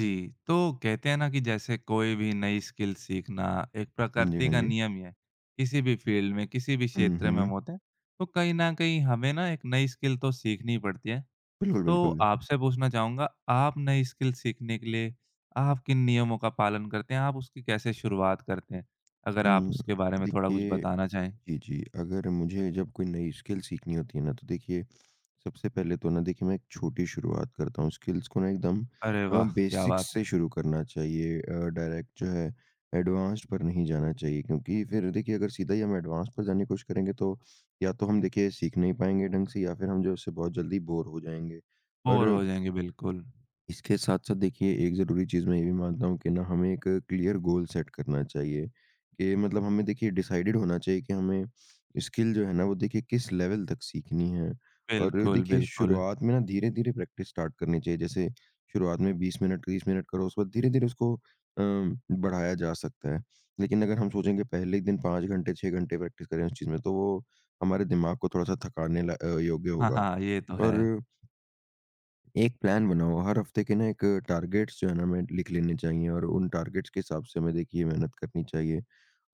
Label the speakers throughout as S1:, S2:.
S1: जी, तो कहते हैं ना कि जैसे कोई भी नई स्किल सीखना एक
S2: हाँ जी,
S1: प्रकृति
S2: हाँ
S1: का
S2: जी।
S1: नियम ही है। किसी भी फील्ड में, किसी भी
S2: हुँ,
S1: क्षेत्र में हम
S2: हुँ।
S1: होते हैं, तो कहीं न कहीं हमें ना एक नई स्किल तो सीखनी ही पड़ती है।
S2: बिल्कुल,
S1: तो
S2: बिल्कुल।
S1: आपसे पूछना चाहूँगा, आप नई स्किल सीखने के लिए आप किन नियमों का पालन करते हैं? आप उसकी कैसे शुरुआत करते हैं? अगर आप
S2: हुँ,
S1: उसके बारे में थोड़ा कुछ
S2: देखिए
S1: बताना चाहें।
S2: जी, जी। अगर मुझे जब कोई नई स्किल सीखनी होती है ना, तो देखिए सबसे पहले तो ना देखिए मैं एक छोटी शुरुआत करता हूँ। स्किल्स को ना एकदम
S1: अरे वाह! क्या
S2: बेसिक्स
S1: बात
S2: से
S1: है।
S2: शुरू करना चाहिए डायरेक्ट जो है एडवांस्ड पर नहीं जाना चाहिए, क्योंकि फिर देखिए अगर सीधा ही हम एडवांस पर जाने की कोशिश करेंगे, तो या तो हम देखिए सीख नहीं पाएँगे ढंग से या फिर हम जो है उससे बहुत जल्दी बोर हो जाएँगे। और
S1: बोर हो जाएँगे, बिल्कुल।
S2: इसके साथ-साथ देखिए एक ज़रूरी चीज़ मैं ये भी मानता हूँ कि ना हमें एक क्लियर गोल सेट करना चाहिए कि मतलब हमें देखिए डिसाइडेड होना चाहिए कि हमें स्किल जो है ना वो देखिए किस लेवल तक सीखनी है। और
S1: बिल्कुल,
S2: देखिए
S1: बिल्कुल।
S2: शुरुआत में ना धीरे-धीरे प्रैक्टिस स्टार्ट करनी चाहिए। जैसे शुरुआत में 20 मिनट, 30 मिनट करो, उसके बाद धीरे-धीरे उसको बढ़ाया जा सकता है। लेकिन अगर हम सोचेंगे पहले ही दिन 5 घंटे, 6 घंटे प्रैक्टिस करें उस चीज़ में, तो वो हमारे दिमाग को थोड़ा-सा योग्य
S1: हाँ,
S2: होगा।
S1: हाँ, ये तो है।
S2: और एक प्लान बनाओ, हर हफ्ते के ना एक टारगेट्स जो है ना हमें लिख लेने चाहिए और उन टारगेट्स के हिसाब से हमें देखिए मेहनत करनी चाहिए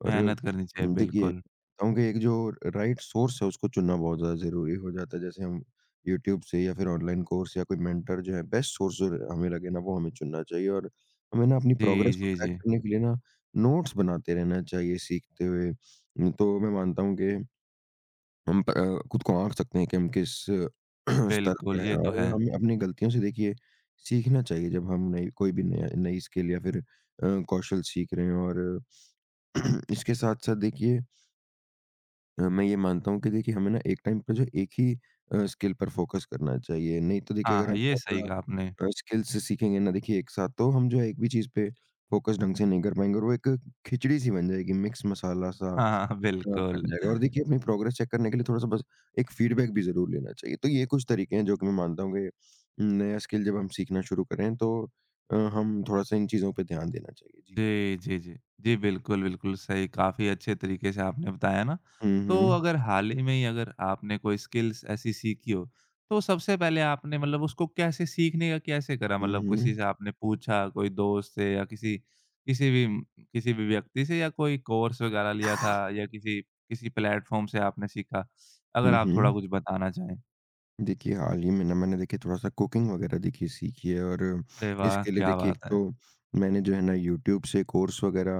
S2: और
S1: मेहनत करनी चाहिए,
S2: देखिए
S1: बिल्कुल।
S2: बताऊं कि एक जो राइट सोर्स है उसको चुनना बहुत ज़्यादा ज़रूरी हो जाता है। जैसे हम यूट्यूब से या फिर ऑनलाइन कोर्स या कोई मेंटर जो है बेस्ट सोर्स जो हमें लगे ना वो हमें चुनना चाहिए और हमें ना अपनी
S1: जी,
S2: प्रोग्रेस को
S1: जी,
S2: ट्रैक
S1: जी।
S2: करने के लिए ना नोट्स बनाते रहना चाहिए सीखते हुए। तो मैं मानता हूँ कि हम खुद को आँक सकते हैं कि हम किस स्तर
S1: बिल्कुल,
S2: पर
S1: ये
S2: हैं
S1: तो
S2: और
S1: है।
S2: हमें अपनी गलतियों से देखिए सीखना चाहिए जब हम नई कोई भी नया नई स्किल या फिर कौशल सीख रहे हैं। और इसके साथ-साथ देखिए मैं ये मानता हूँ कि देखिए हमें ना एक टाइम पे जो एक ही स्किल पर फ़ोकस करना चाहिए। नहीं तो देखिए अगर
S1: हाँ,
S2: हम
S1: ये
S2: बहुत
S1: सही कहा आपने।
S2: ज़्यादा स्किल्स सीखेंगे ना देखिए एक साथ, तो हम जो है एक भी चीज़ पे फ़ोकस ढंग से नहीं कर पाएँगे और वो एक खिचड़ी-सी बन जाएगी, मिक्स मसाला-सा।
S1: हाँ, हाँ,
S2: हाँ,
S1: बिल्कुल।
S2: बन जाएगा। और देखिए अपनी प्रोग्रेस चेक करने के लिए थोड़ा-सा बस एक फीडबैक भी ज़रूर लेना चाहिए। तो ये कुछ तरीके हैं जो कि मैं मानता हूँ कि नया स्किल जब हम सीखना शुरू करें, तो हम थोड़ा-सा इन चीज़ों पे ध्यान देना चाहिए। जी।
S1: जी, जी, जी। जी, बिल्कुल, बिल्कुल सही, काफ़ी अच्छे तरीके से आपने बताया ना।
S2: हुँ,
S1: तो
S2: हुँ।
S1: अगर हाल ही में ही अगर आपने कोई स्किल्स ऐसी सीखी हो, तो सबसे पहले आपने मतलब उसको कैसे सीखने का कैसे करा?
S2: हुँ,
S1: मतलब किसी
S2: हुँ।
S1: से आपने पूछा, कोई दोस्त से या किसी किसी भी किसी भी व्यक्ति से या कोई कोर्स वगैरह लिया था या किसी किसी प्लेटफ़ॉर्म से आपने सीखा? अगर
S2: हुँ,
S1: आप थोड़ा
S2: हुँ।
S1: कुछ बताना चाहें।
S2: देखिए, हाल ही में ना मैंने देखिए थोड़ा-सा कुकिंग वगैरह देखिए सीखी है। और
S1: अरे वाह!
S2: इसके लिए
S1: क्या
S2: देखिए एक
S1: बात है।
S2: तो मैंने जो है ना यूट्यूब से कोर्स वगैरह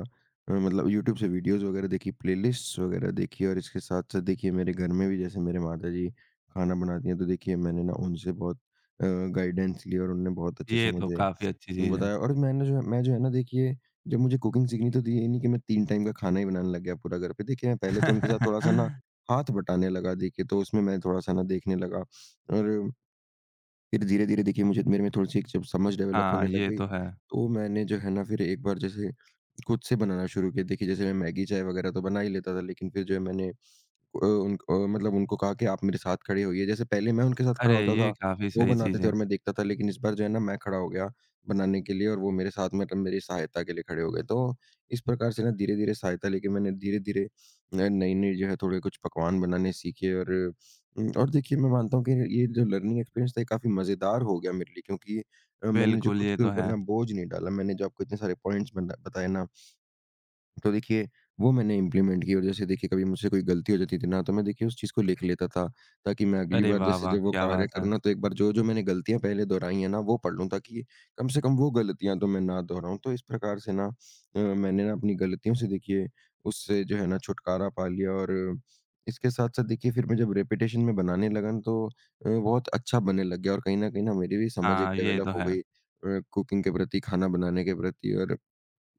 S2: मतलब यूट्यूब से वीडियोज़ वगैरह देखी, प्लेलिस्ट्स वगैरह देखी। और इसके साथ-साथ देखिए मेरे घर में भी जैसे मेरे माताजी खाना बनाती हैं, तो देखिए मैंने ना उनसे बहुत गाइडेंस ली और उन्होंने बहुत अच्छे से
S1: ये तो
S2: मुझे
S1: काफ़ी अच्छी चीज़ है।
S2: बताया। और मैं जो है ना देखिए जब मुझे कुकिंग सीखनी तो थी, ये नहीं कि मैं 3 टाइम का खाना ही बनाने लग गया पूरा घर पे। देखिए मैं पहले तो उनके साथ थोड़ा-सा ना हाथ बटाने लगा देखिए, तो उसमें मैं थोड़ा-सा ना देखने लगा। और फिर धीरे-धीरे देखिए मुझे मेरे में थोड़ी-सी एक जब समझ डेवलप
S1: हाँ,
S2: होने लग
S1: ये
S2: गई,
S1: तो है।
S2: तो मैंने जो है ना फिर एक बार जैसे खुद से बनाना शुरू किया। देखिए जैसे मैं मैगी चाय वगैरह तो बना ही लेता था, लेकिन फिर जो है मैंने मतलब उनको कहा कि आप मेरे साथ खड़े होइए। जैसे पहले मैं उनके साथ खड़ा
S1: अरे!
S2: होता था,
S1: ये काफ़ी
S2: वो
S1: सही
S2: बनाते
S1: चीज़
S2: थे
S1: है।
S2: और मैं देखता था, लेकिन इस बार जो है ना मैं खड़ा हो गया बनाने के लिए और वो मेरे साथ मतलब मेरी सहायता के लिए खड़े हो गए। तो इस प्रकार से ना धीरे-धीरे सहायता लेके मैंने धीरे-धीरे न नई-नई जो है थोड़े कुछ पकवान बनाने सीखे। और हुँ, और देखिए मैं मानता हूँ कि ये जो लर्निंग एक्सपीरियंस था, ये काफ़ी मज़ेदार हो गया मेरे लिए क्योंकि मैंने जो
S1: बिल्कुल,
S2: खुद
S1: ये
S2: के
S1: तो
S2: ऊपर
S1: है।
S2: ना बोझ नहीं डाला, मैंने जो आपको इतने सारे पॉइंट्स बना बताए ना, तो देखिए वो मैंने इम्प्लीमेंट की। और जैसे देखिए कभी मुझसे कोई गलती हो जाती थी ना तो मैं देखिए उस चीज़ को लिख लेता था, ताकि मैं अगली
S1: अरे
S2: बार
S1: वाह,
S2: जैसे
S1: वाह!
S2: जब वो
S1: क्या
S2: कार्य
S1: बात है।
S2: करूँ ना, तो एक बार जो जो मैंने गलतियाँ पहले दोहराई हैं ना वो पढ़ लूँ, ताकि कम से कम वो गलतियाँ तो मैं ना दोहराऊँ। तो इस प्रकार से ना मैंने ना अपनी गलतियों से देखिए उससे जो है ना छुटकारा पा लिया। और इसके साथ साथ देखिए फिर मैं जब रेपिटेशन में बनाने लगा ना तो बहुत अच्छा बनने लग गया और कहीं ना मेरी भी समझ एक
S1: हाँ, ये
S2: डेवलप
S1: तो
S2: हो
S1: है।
S2: गई कुकिंग के प्रति, खाना बनाने के प्रति। और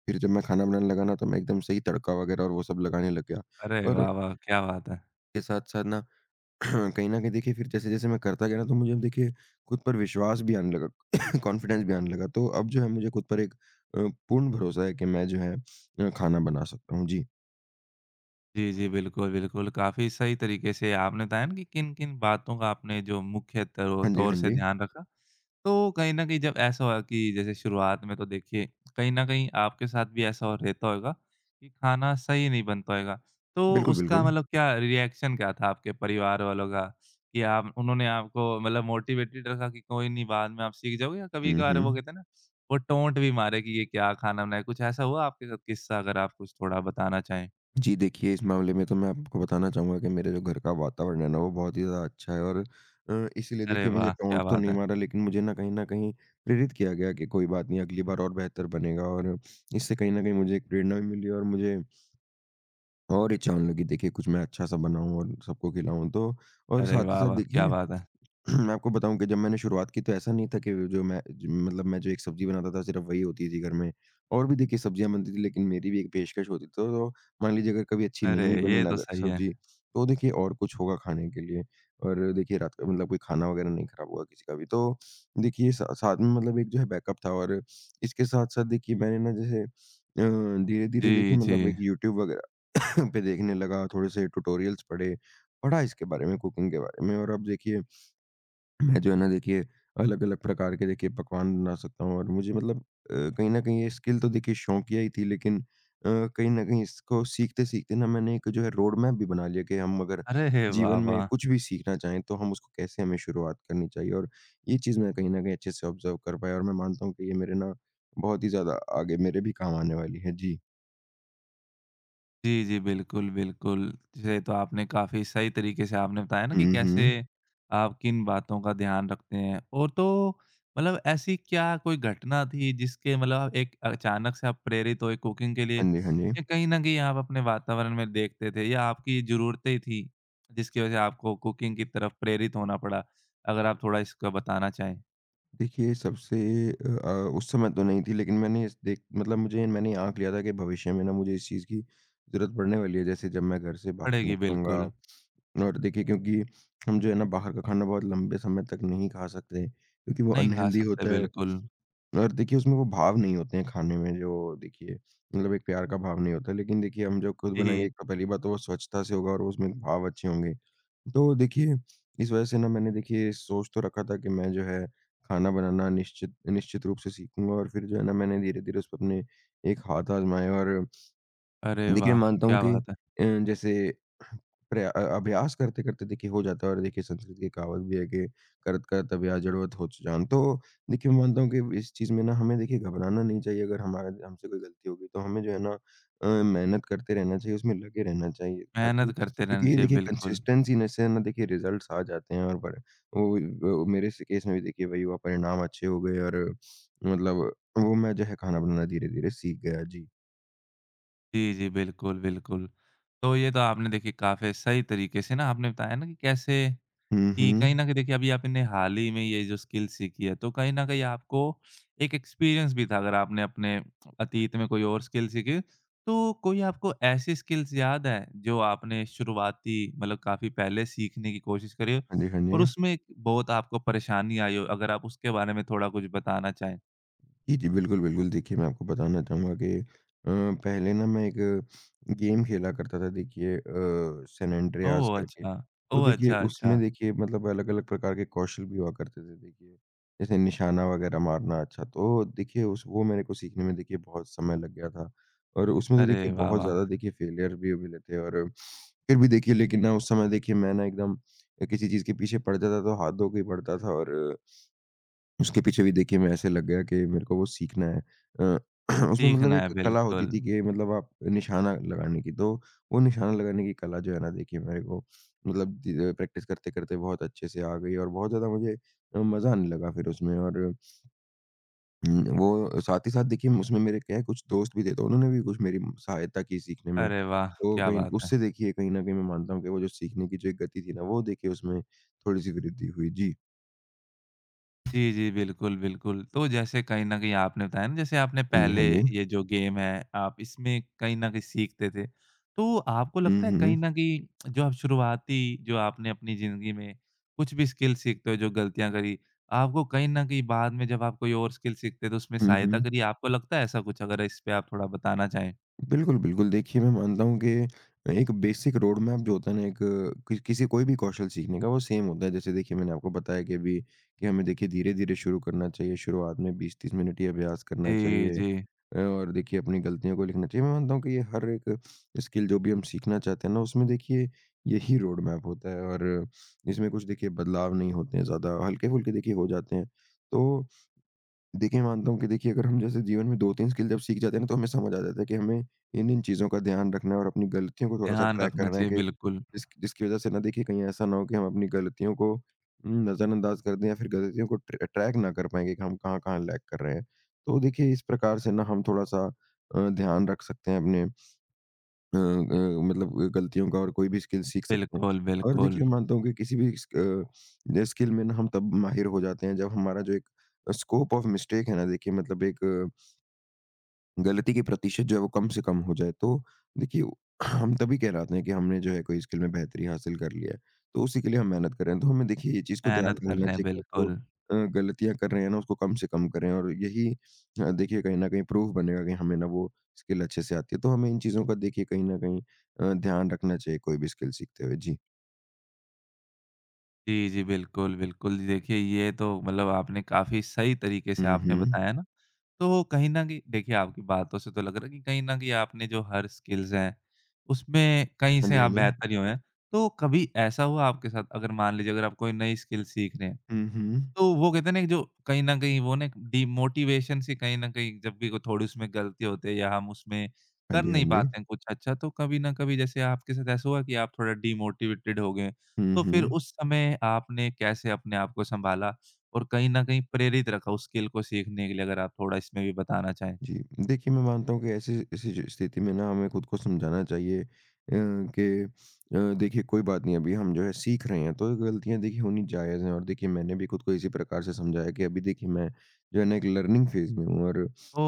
S2: फिर जब मैं खाना बनाने लगा ना तो मैं एकदम सही तड़का वगैरह और वो सब लगाने लग गया।
S1: अरे
S2: और
S1: वाह, वाह! क्या बात है।
S2: के साथ-साथ ना कहीं न कहीं देखिए फिर जैसे-जैसे मैं करता गया ना, तो मुझे अब देखिए खुद पर विश्वास भी आने लगा, कॉन्फिडेंस भी आने लगा। तो अब जो है मुझे खुद पर एक पूर्ण भरोसा है कि मैं जो है खाना बना सकता हूँ। जी।
S1: जी, जी, बिल्कुल, बिल्कुल। काफ़ी सही तरीके से आपने बताया ना कि किन-किन बातों का आपने जो मुख्य तरो
S2: हाँ जी,
S1: तौर
S2: हाँ
S1: से
S2: जी।
S1: ध्यान रखा। तो कहीं न कहीं जब ऐसा हुआ कि जैसे शुरुआत में तो देखिए कहीं न कहीं आपके साथ भी ऐसा हो रहता होगा कि खाना सही नहीं बनता होगा। तो
S2: बिल्कुल,
S1: उसका
S2: बिल्कुल।
S1: मतलब क्या रिएक्शन क्या था आपके परिवार वालों का? कि आप उन्होंने आपको मतलब मोटिवेटेड रखा कि कोई नहीं बाद में आप सीख जाओगे या
S2: हुँ,
S1: कभी-कभार वो
S2: हुँ।
S1: कहते हैं ना, वो टोंट भी मारे कि ये क्या खाना बनाया? कुछ ऐसा हुआ आपके साथ किस्सा अगर आप कुछ थोड़ा बताना चाहें?
S2: जी देखिए, इस मामले में तो मैं आपको बताना चाहूँगा कि मेरे जो घर का वातावरण है ना, वो बहुत ही ज़्यादा अच्छा है। और इसीलिए
S1: अरे
S2: देखिए मुझे
S1: वाह! क्या
S2: टोंट तो
S1: बात
S2: नहीं
S1: है।
S2: मारा, लेकिन मुझे ना कहीं न कहीं प्रेरित किया गया कि कोई बात नहीं, अगली बार और बेहतर बनेगा। और इससे कहीं न कहीं मुझे एक प्रेरणा भी मिली और मुझे और इच्छा होने लगी देखिए कुछ मैं अच्छा-सा बनाऊँ और सबको खिलाऊँ। तो और
S1: अरे
S2: साथ ही
S1: वाह,
S2: साथ
S1: वाह! क्या
S2: देखिए
S1: बात है।
S2: मैं आपको बताऊँ कि जब मैंने शुरुआत की तो ऐसा नहीं था कि जो मैं ज मतलब मैं जो एक सब्ज़ी बनाता था सिर्फ़ वही होती थी घर में। और भी देखिए सब्ज़ियाँ बनती थी, लेकिन मेरी भी एक पेशकश होती थी। तो मान लीजिए अगर कभी अच्छी
S1: अरे!
S2: नहीं भी बनी
S1: ये
S2: ना,
S1: तो
S2: अगर
S1: सही है।
S2: सब्ज़ी, तो देखिए और कुछ होगा खाने के लिए। और देखिए रात का मतलब कोई खाना वग़ैरह नहीं ख़राब हुआ किसी का भी। तो देखिए सा साथ में मतलब एक जो है बैकअप था। और इसके साथ-साथ देखिए मैंने ना जैसे धीरे-धीरे
S1: जी,
S2: देखिए
S1: जी।
S2: मतलब एक यूट्यूब वग़ैरह पे देखने लगा, थोड़े से ट्यूटोरियल्स पढ़े, पढ़ा इसके बारे में, कुकिंग के बारे में। और अब देखिए मैं जो है ना देखिए अलग-अलग प्रकार के देखिए पकवान बना सकता हूँ और मुझे मतलब कहीं न कहीं ये स्किल तो देखिए शौकिया ही थी, लेकिन कहीं न कहीं इसको सीखते-सीखते ना मैंने एक जो है रोड मैप भी बना लिया कि हम अगर
S1: अरे वाह,
S2: जीवन में
S1: वाह!
S2: कुछ भी सीखना चाहें तो हम उसको कैसे हमें शुरुआत करनी चाहिए। और ये चीज़ मैं कहीं न कहीं अच्छे से ऑब्ज़र्व कर पाया और मैं मानता हूँ कि ये मेरे ना बहुत ही ज़्यादा आगे मेरे भी काम आने वाली है। जी।
S1: जी, जी। बिल्कुल, बिल्कुल। ये तो आपने काफ़ी सही तरीके से आपने बताया ना कि
S2: हुँ,
S1: कैसे
S2: हुँ।
S1: आप किन बातों का ध्यान रखते हैं। और तो मतलब ऐसी क्या कोई घटना थी जिसके मतलब आप एक अचानक से आप प्रेरित हुए कुकिंग के लिए
S2: हाँ जी, हाँ जी।
S1: या कहीं न कहीं आप अपने वातावरण में देखते थे या आपकी ज़रूरतें थी जिसकी वज़ह से आपको कुकिंग की तरफ प्रेरित होना पड़ा? अगर आप थोड़ा इसका बताना चाहें।
S2: देखिए सबसे अ अ, उस समय तो नहीं थी, लेकिन मैंने इस देख मतलब मुझे मैंने आँक लिया था कि भविष्य में ना मुझे इस चीज़ की ज़रूरत पड़ने वाली है, जैसे जब मैं घर से बाहर
S1: पड़ेगी
S2: निकलूँगा।
S1: बिल्कुल,
S2: और देखिए क्योंकि हम जो है ना बाहर का खाना बहुत लंबे समय तक नहीं खा सकते, क्योंकि वो
S1: नहीं खा
S2: अनहेल्दी
S1: सकते
S2: होता है।
S1: बिल्कुल।
S2: और देखिए उसमें वो भाव नहीं होते हैं खाने में जो देखिए मतलब एक प्यार का भाव नहीं होता। लेकिन देखिए हम जो खुद बनाएँगे,
S1: जी।
S2: एक तो पहली बात तो वो स्वच्छता से होगा और उसमें भाव अच्छे होंगे। तो देखिए इस वज़ह से ना मैंने देखिए सोच तो रखा था कि मैं जो है खाना बनाना निश्चित निश्चित रूप से सीखूँगा और फिर जो है ना मैंने धीरे-धीरे उस पे अपने एक हाथ आज़माए। और
S1: अरे
S2: देखिए,
S1: वाह!
S2: मैं मानता हूँ
S1: क्या
S2: कि
S1: बात है।
S2: जैसे अभ्यास करते-करते देखिए हो जाता है। और देखिए संस्कृत की कहावत भी है कि करत करत अभ्यास जड़वत होत जान। तो देखिए, मैं मानता हूँ कि इस चीज़ में ना हमें देखिए घबराना नहीं चाहिए। अगर हमारे हमसे कोई गलती होगी तो हमें जो है ना मेहनत करते रहना चाहिए, उसमें लगे रहना चाहिए, ताकि
S1: मेहनत करते रहना
S2: क्योंकि ये
S1: चाहिए,
S2: देखिए
S1: बिल्कुल।
S2: कंसिस्टेंसी न से ना देखिए रिज़ल्ट्स आ जाते हैं और बड़े वो वो मेरे से केस में भी देखिए वही हुआ, परिणाम अच्छे हो गए। और मतलब वो मैं जो है खाना बनाना धीरे-धीरे सीख गया। जी।
S1: जी, जी। बिल्कुल, बिल्कुल। तो ये तो आपने देखिए काफ़ी सही तरीके से ना आपने बताया ना कि कैसे
S2: हुँ,
S1: कि कहीं
S2: हुँ।
S1: न कहीं देखिए अभी आपने हाल ही में ये जो स्किल सीखी है, तो कहीं न कहीं आपको एक एक्सपीरियंस भी था अगर आपने अपने अतीत में कोई और स्किल सीखी। तो कोई आपको ऐसी स्किल्स याद है जो आपने शुरुआती मतलब काफ़ी पहले सीखने की कोशिश करी हो
S2: हाँ जी, हाँ
S1: और
S2: जी।
S1: उसमें एक बहुत आपको परेशानी आई हो? अगर आप उसके बारे में थोड़ा कुछ बताना चाहें?
S2: जी, जी, बिल्कुल, बिल्कुल। देखिए, मैं आपको बताना चाहूँगा कि पहले ना मैं एक गेम खेला करता था देखिए सैन एंड्रियास
S1: ओह!
S2: करके।
S1: अच्छा।
S2: तो
S1: ओह!
S2: देखिए
S1: अच्छा,
S2: उसमें
S1: अच्छा।
S2: देखिए मतलब अलग-अलग प्रकार के कौशल भी हुआ करते थे देखिए, जैसे निशाना वगैरह मारना। अच्छा, तो देखिए उस वो मेरे को सीखने में देखिए बहुत समय लग गया था और उसमें तो
S1: अरे
S2: देखिए
S1: वाह,
S2: बहुत
S1: वाह!
S2: ज़्यादा देखिए फेलियर भी मिले थे, और फिर भी देखिए लेकिन ना उस समय देखिए मैं ना एकदम किसी चीज़ के पीछे पड़ जाता था, तो हाथ धो के ही पड़ता था। और उसके पीछे भी देखिए मैं ऐसे लग गया कि मेरे को वो सीखना है। अ, उसमें मतलब
S1: सीखना है,
S2: एक कला होती
S1: बिल्कुल।
S2: थी कि मतलब आप निशाना लगाने की, तो वो निशाना लगाने की कला जो है ना देखिए मेरे को मतलब धीरे प्रैक्टिस करते-करते बहुत अच्छे से आ गई और बहुत ज़्यादा मुझे मज़ा आने लगा फिर उसमें। और वो साथ ही साथ देखिए उसमें मेरे क्या है कुछ दोस्त भी थे, तो उन्होंने भी कुछ मेरी सहायता की सीखने में।
S1: अरे वाह!
S2: तो
S1: क्या
S2: कहीं
S1: बात है।
S2: उससे देखिए कहीं न कहीं मैं मानता हूँ कि वो जो सीखने की जो एक गति थी ना, वो देखिए उसमें थोड़ी-सी वृद्धि हुई। जी।
S1: जी, जी, बिल्कुल, बिल्कुल। तो जैसे कहीं न कहीं आपने बताया ना जैसे आपने
S2: हाँ जी,
S1: पहले
S2: हाँ जी।
S1: ये जो गेम है, आप इसमें कहीं न कहीं सीखते थे। तो आपको
S2: हुँ,
S1: लगता है कहीं
S2: हुँ।
S1: न कहीं जो आप शुरुआती जो आपने अपनी ज़िंदगी में कुछ भी स्किल सीखते हो, जो गलतियाँ करी, आपको कहीं न कहीं बाद में जब आप कोई और स्किल सीखते हो तो उसमें
S2: हुँ,
S1: सहायता
S2: हुँ।
S1: करी, आपको लगता है ऐसा कुछ? अगर इस पे आप थोड़ा बताना चाहें।
S2: बिल्कुल, बिल्कुल। देखिए, मैं मानता हूँ कि एक बेसिक रोड मैप जो होता है ना, एक कि किसी कोई भी कौशल सीखने का, वो सेम होता है। जैसे देखिए, मैंने आपको बताया कि अभी कि हमें देखिए धीरे-धीरे शुरू करना चाहिए। शुरुआत में 20-30 मिनट ही अभ्यास करना
S1: जी,
S2: चाहिए,
S1: जी।
S2: और देखिए अपनी गलतियों को लिखना चाहिए। मैं मानता हूँ कि ये हर एक स्किल जो भी हम सीखना चाहते हैं ना, उसमें देखिए यही रोड मैप होता है, और इसमें कुछ देखिए बदलाव नहीं होते हैं ज़्यादा, हल्के-फुल्के देखिए हो जाते हैं। तो देखिए, मैं मानता हूँ कि देखिए अगर हम जैसे जीवन में 2-3 स्किल जब सीख जाते हैं ना, तो हमें समझ आ जाता है कि हमें इन-इन चीज़ों का ध्यान रखना है और अपनी गलतियों को थोड़ा-सा
S1: ध्यान
S2: ट्रैक
S1: रखना
S2: करना है
S1: चाहिए,
S2: कि
S1: बिल्कुल।
S2: जिस जिसकी वज़ह से ना देखिए कहीं ऐसा ना हो कि हम अपनी गलतियों को नज़रअंदाज कर दें या फिर गलतियों को ट्रैक ना कर पाएँ कि हम कहाँ-कहाँ लैग कर रहे हैं। तो देखिए इस प्रकार से ना हम थोड़ा-सा ध्यान रख सकते हैं अपने मतलब गलतियों का, और कोई भी स्किल सीख सकते हैं।
S1: बिल्कुल,
S2: और
S1: बिल्कुल।
S2: देखिए मैं मानता हूँ कि किसी भी ये स्किल में ना हम तब माहिर हो जाते हैं जब हमारा जो एक स्कोप ऑफ मिस्टेक है ना देखिए मतलब एक गलती की प्रतिशत जो है वो कम से कम हो जाए, तो देखिए हम तभी कहलाते हैं कि हमने जो है कोई स्किल में बेहतरी हासिल कर लिया है। तो उसी के लिए हम मेहनत कर रहे हैं। तो हमें देखिए ये चीज़ को ध्यान
S1: मेहनत कर
S2: रखना
S1: रहे हैं,
S2: चाहिए कि हम जो
S1: बिल्कुल।
S2: गलतियाँ कर रहे हैं ना उसको कम से कम करें, और यही देखिए कहीं न कहीं प्रूफ बनेगा कि हमें ना वो स्किल अच्छे से आती है। तो हमें इन चीज़ों का देखिए कहीं न कहीं ध्यान रखना चाहिए कोई भी स्किल सीखते हुए। जी।
S1: जी, जी। बिल्कुल, बिल्कुल। जी देखिए, ये तो मतलब आपने काफ़ी सही तरीके से
S2: हुँ,
S1: आपने
S2: हुँ।
S1: बताया ना, तो कहीं न कहीं देखिए, आपकी बातों से तो लग रहा है कि कहीं न कहीं आपने जो हर स्किल्स हैं, उसमें कहीं
S2: हाँ
S1: से
S2: जी, हाँ
S1: आप
S2: जी।
S1: बेहतर ही हुए हैं। तो कभी ऐसा हुआ आपके साथ, अगर मान लीजिए अगर आप कोई नई स्किल सीख रहे हैं,
S2: हुँ, हुँ।
S1: तो वो कहते हैं ना एक जो कहीं न कहीं वो ना एक डिमोटिवेशन सी कहीं न कहीं जब भी को थोड़ी उसमें गलती होती है या हम उसमें
S2: हाँ
S1: कर
S2: जी, हाँ
S1: नहीं
S2: जी।
S1: पाते हैं कुछ अच्छा, तो कभी न कभी जैसे आपके साथ ऐसा हुआ कि आप थोड़ा डिमोटिवेटेड हो गए,
S2: हुँ,
S1: तो फिर
S2: हुँ।
S1: उस समय आपने कैसे अपने आप को सँभाला और कहीं न कहीं प्रेरित रखा उस स्किल को सीखने के लिए? अगर आप थोड़ा इसमें भी बताना चाहें।
S2: जी, देखिए मैं मानता हूँ कि ऐसी ऐसी जो स्थिति में ना हमें खुद को समझाना चाहिए कि देखिए कोई बात नहीं, अभी हम जो है सीख रहे हैं, तो गलतियाँ देखिए होनी जायज़ हैं, और देखिए मैंने भी खुद को इसी प्रकार से समझाया कि अभी देखिए मैं जो है ना एक लर्निंग फ़ेज़ में हूँ, और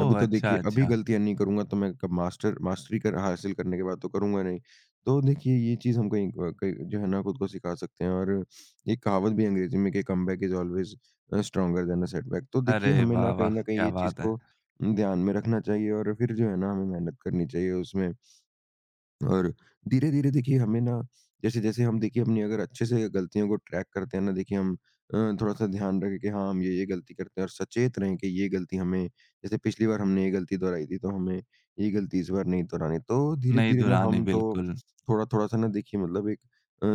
S2: अभी तो
S1: अच्छा,
S2: देखिए अभी
S1: अच्छा।
S2: गलतियाँ नहीं करूँगा तो मैं कब मास्टरी कर हासिल करने के बाद तो करूँगा नहीं। तो देखिए ये चीज़ हम कहीं कहीं जो है ना खुद को सिखा सकते हैं, और एक कहावत भी है अंग्रेज़ी में कि comeback is always stronger than a setback. तो
S1: अरे
S2: देखिए हमें
S1: वाह,
S2: ना
S1: वाह!
S2: कहीं न कहीं
S1: क्या
S2: ये चीज़
S1: बात है।
S2: को ध्यान में रखना चाहिए और फिर जो है ना हमें मेहनत करनी चाहिए उसमें। और धीरे-धीरे देखिए हमें ना जैसे-जैसे हम देखिए अपनी अगर अच्छे से गलतियों को ट्रैक करते हैं ना देखिए हम थोड़ा-सा ध्यान रखें कि हाँ, हम ये-ये गलती करते हैं, और सचेत रहें कि ये गलती हमें जैसे पिछली बार हमने ये गलती दोहराई थी, तो हमें ये गलती इस बार नहीं दोहरानी। तो
S1: नहीं
S2: धीरे-धीरे ना
S1: धुरानी
S2: हम तो
S1: बिल्कुल,
S2: थोड़ा-थोड़ा सा ना देखिए मतलब एक अ,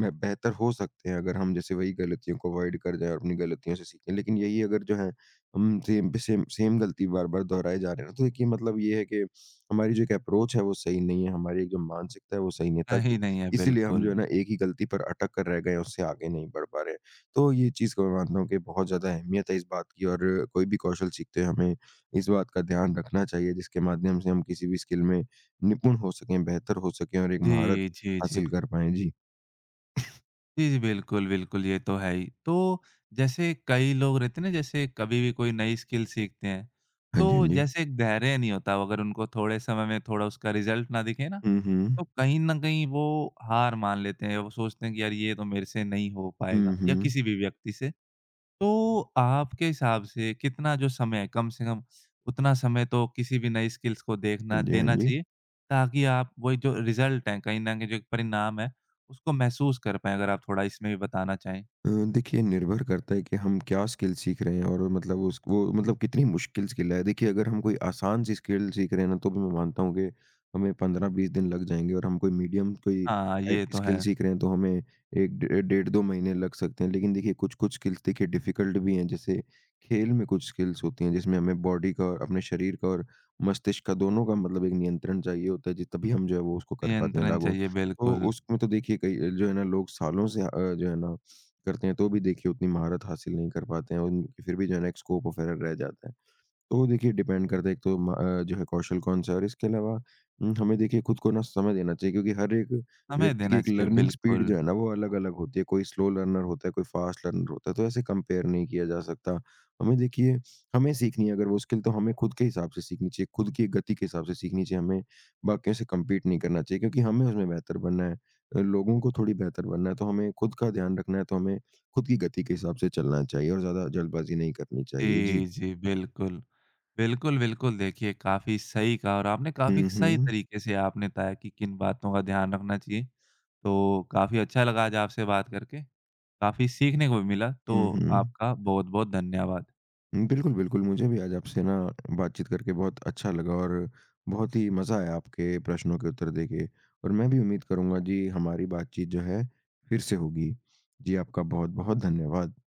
S2: मैं बेहतर हो सकते हैं अगर हम जैसे वही गलतियों को अवॉइड कर जाएँ और अपनी गलतियों से सीखें। लेकिन यही अगर जो है हम सेम पे सेम सेम गलती बार-बार दोहराए जा रहे हैं ना, तो देखिए मतलब ये है कि हमारी जो एक अप्रोच है वो सही नहीं है, हमारी एक जो मानसिकता है वो सही नहीं है,
S1: सही
S2: ताकि
S1: नहीं है
S2: इसीलिए हम जो
S1: बिल्कुल।
S2: है ना एक ही गलती पर अटक कर रह गए हैं, उससे आगे नहीं बढ़ पा रहे हैं। तो ये चीज़ को मैं मानता हूँ कि बहुत ज़्यादा अहमियत है इस बात की, और कोई भी कौशल सीखते हैं हमें इस बात का ध्यान रखना चाहिए जिसके माध्यम से हम किसी भी स्किल में निपुण हो सकें, बेहतर हो सकें और एक महारत
S1: जी, जी, जी।
S2: हासिल कर पाएँ। जी।
S1: जी, जी, बिल्कुल, बिल्कुल, ये तो है ही। तो जैसे कई लोग रहते हैं ना, जैसे कभी भी कोई नई स्किल सीखते हैं,
S2: हाँ जी,
S1: तो
S2: हाँ जी।
S1: जैसे एक धैर्य नहीं होता, अगर उनको थोड़े समय में थोड़ा उसका रिज़ल्ट ना दिखे ना,
S2: हुँ, हुँ।
S1: तो कहीं न कहीं वो हार मान लेते हैं। वो सोचते हैं कि, "यार, ये तो मेरे से नहीं हो पाएगा,"
S2: हुँ,
S1: या
S2: हुँ।
S1: किसी भी व्यक्ति से। तो आपके हिसाब से कितना जो समय है, कम से कम उतना समय तो किसी भी नई स्किल्स को
S2: हाँ
S1: देखना
S2: जी, हाँ
S1: देना
S2: जी।
S1: चाहिए, ताकि आप वही जो रिज़ल्ट है, कहीं न कहीं जो परिणाम है, उसको महसूस कर पाएँ? अगर आप थोड़ा इसमें भी बताना चाहें।
S2: अ, देखिए निर्भर करता है कि हम क्या स्किल सीख रहे हैं, और मतलब उस वो मतलब कितनी मुश्किल स्किल है। देखिए अगर हम कोई आसान सी स्किल सीख रहे हैं ना, तो भी मैं मानता हूँ कि हमें 15-20 दिन लग जाएँगे, और हम कोई मीडियम कोई
S1: हाँ,
S2: टाइप
S1: ये
S2: की
S1: तो है।
S2: स्किल सीख रहे हैं, तो हमें 1 डे डेढ़ 2 महीने लग सकते हैं। लेकिन देखिए कुछ-कुछ स्किल्स देखिए डिफ़िकल्ट भी हैं, जैसे खेल में कुछ स्किल्स होती हैं जिसमें हमें बॉडी का और अपने शरीर का और मस्तिष्क का दोनों का मतलब एक नियंत्रण चाहिए होता है जी, तभी हम जो है वो उसको कर पाते हैं
S1: नियंत्रण
S2: लागू।
S1: चाहिए,
S2: तो
S1: बिल्कुल।
S2: उसमें तो देखिए कई जो है ना लोग सालों से जो है ना करते हैं, तो भी देखिए उतनी महारत हासिल नहीं कर पाते हैं, और उनकी फिर भी जो है ना एक स्कोप ऑफ एरर रह जाता है। तो देखिए डिपेंड करता है एक तो जो है कौशल कौन-सा है, और इसके अलावा हमें देखिए खुद को ना समय देना चाहिए क्योंकि हर एक
S1: समय
S2: व्यक्ति की
S1: देना
S2: एक
S1: चाहिए,
S2: लर्निंग स्पीड
S1: बिल्कुल।
S2: जो है ना वो अलग-अलग होती है। कोई स्लो लर्नर होता है, कोई फास्ट लर्नर होता है, तो ऐसे कंपेयर नहीं किया जा सकता। हमें देखिए हमें सीखनी है अगर वो स्किल, तो हमें खुद के हिसाब से सीखनी चाहिए, खुद की गति के हिसाब से सीखनी चाहिए, हमें बाकियों से कम्पीट नहीं करना चाहिए क्योंकि हमें उसमें बेहतर बनना है। लोगों को थोड़ी बेहतर बनना है, तो हमें खुद का ध्यान रखना है, तो हमें खुद की गति के हिसाब से चलना चाहिए और ज़्यादा जल्दबाज़ी नहीं करनी चाहिए। जी।
S1: जी, जी, बिल्कुल। बिल्कुल, बिल्कुल, देखिए काफ़ी सही कहा और आपने काफ़ी
S2: हुँ,
S1: सही
S2: हुँ।
S1: तरीके से आपने बताया कि किन बातों का ध्यान रखना चाहिए। तो काफ़ी अच्छा लगा आज आपसे बात करके, काफ़ी सीखने को भी मिला,
S2: हुँ,
S1: तो
S2: हुँ।
S1: आपका बहुत-बहुत धन्यवाद।
S2: बिल्कुल, बिल्कुल, मुझे भी आज आपसे ना बातचीत करके बहुत अच्छा लगा और बहुत ही मज़ा आया आपके प्रश्नों के उत्तर देके, और मैं भी उम्मीद करूँगा जी हमारी बातचीत जो है फिर से होगी। जी, आपका बहुत-बहुत धन्यवाद।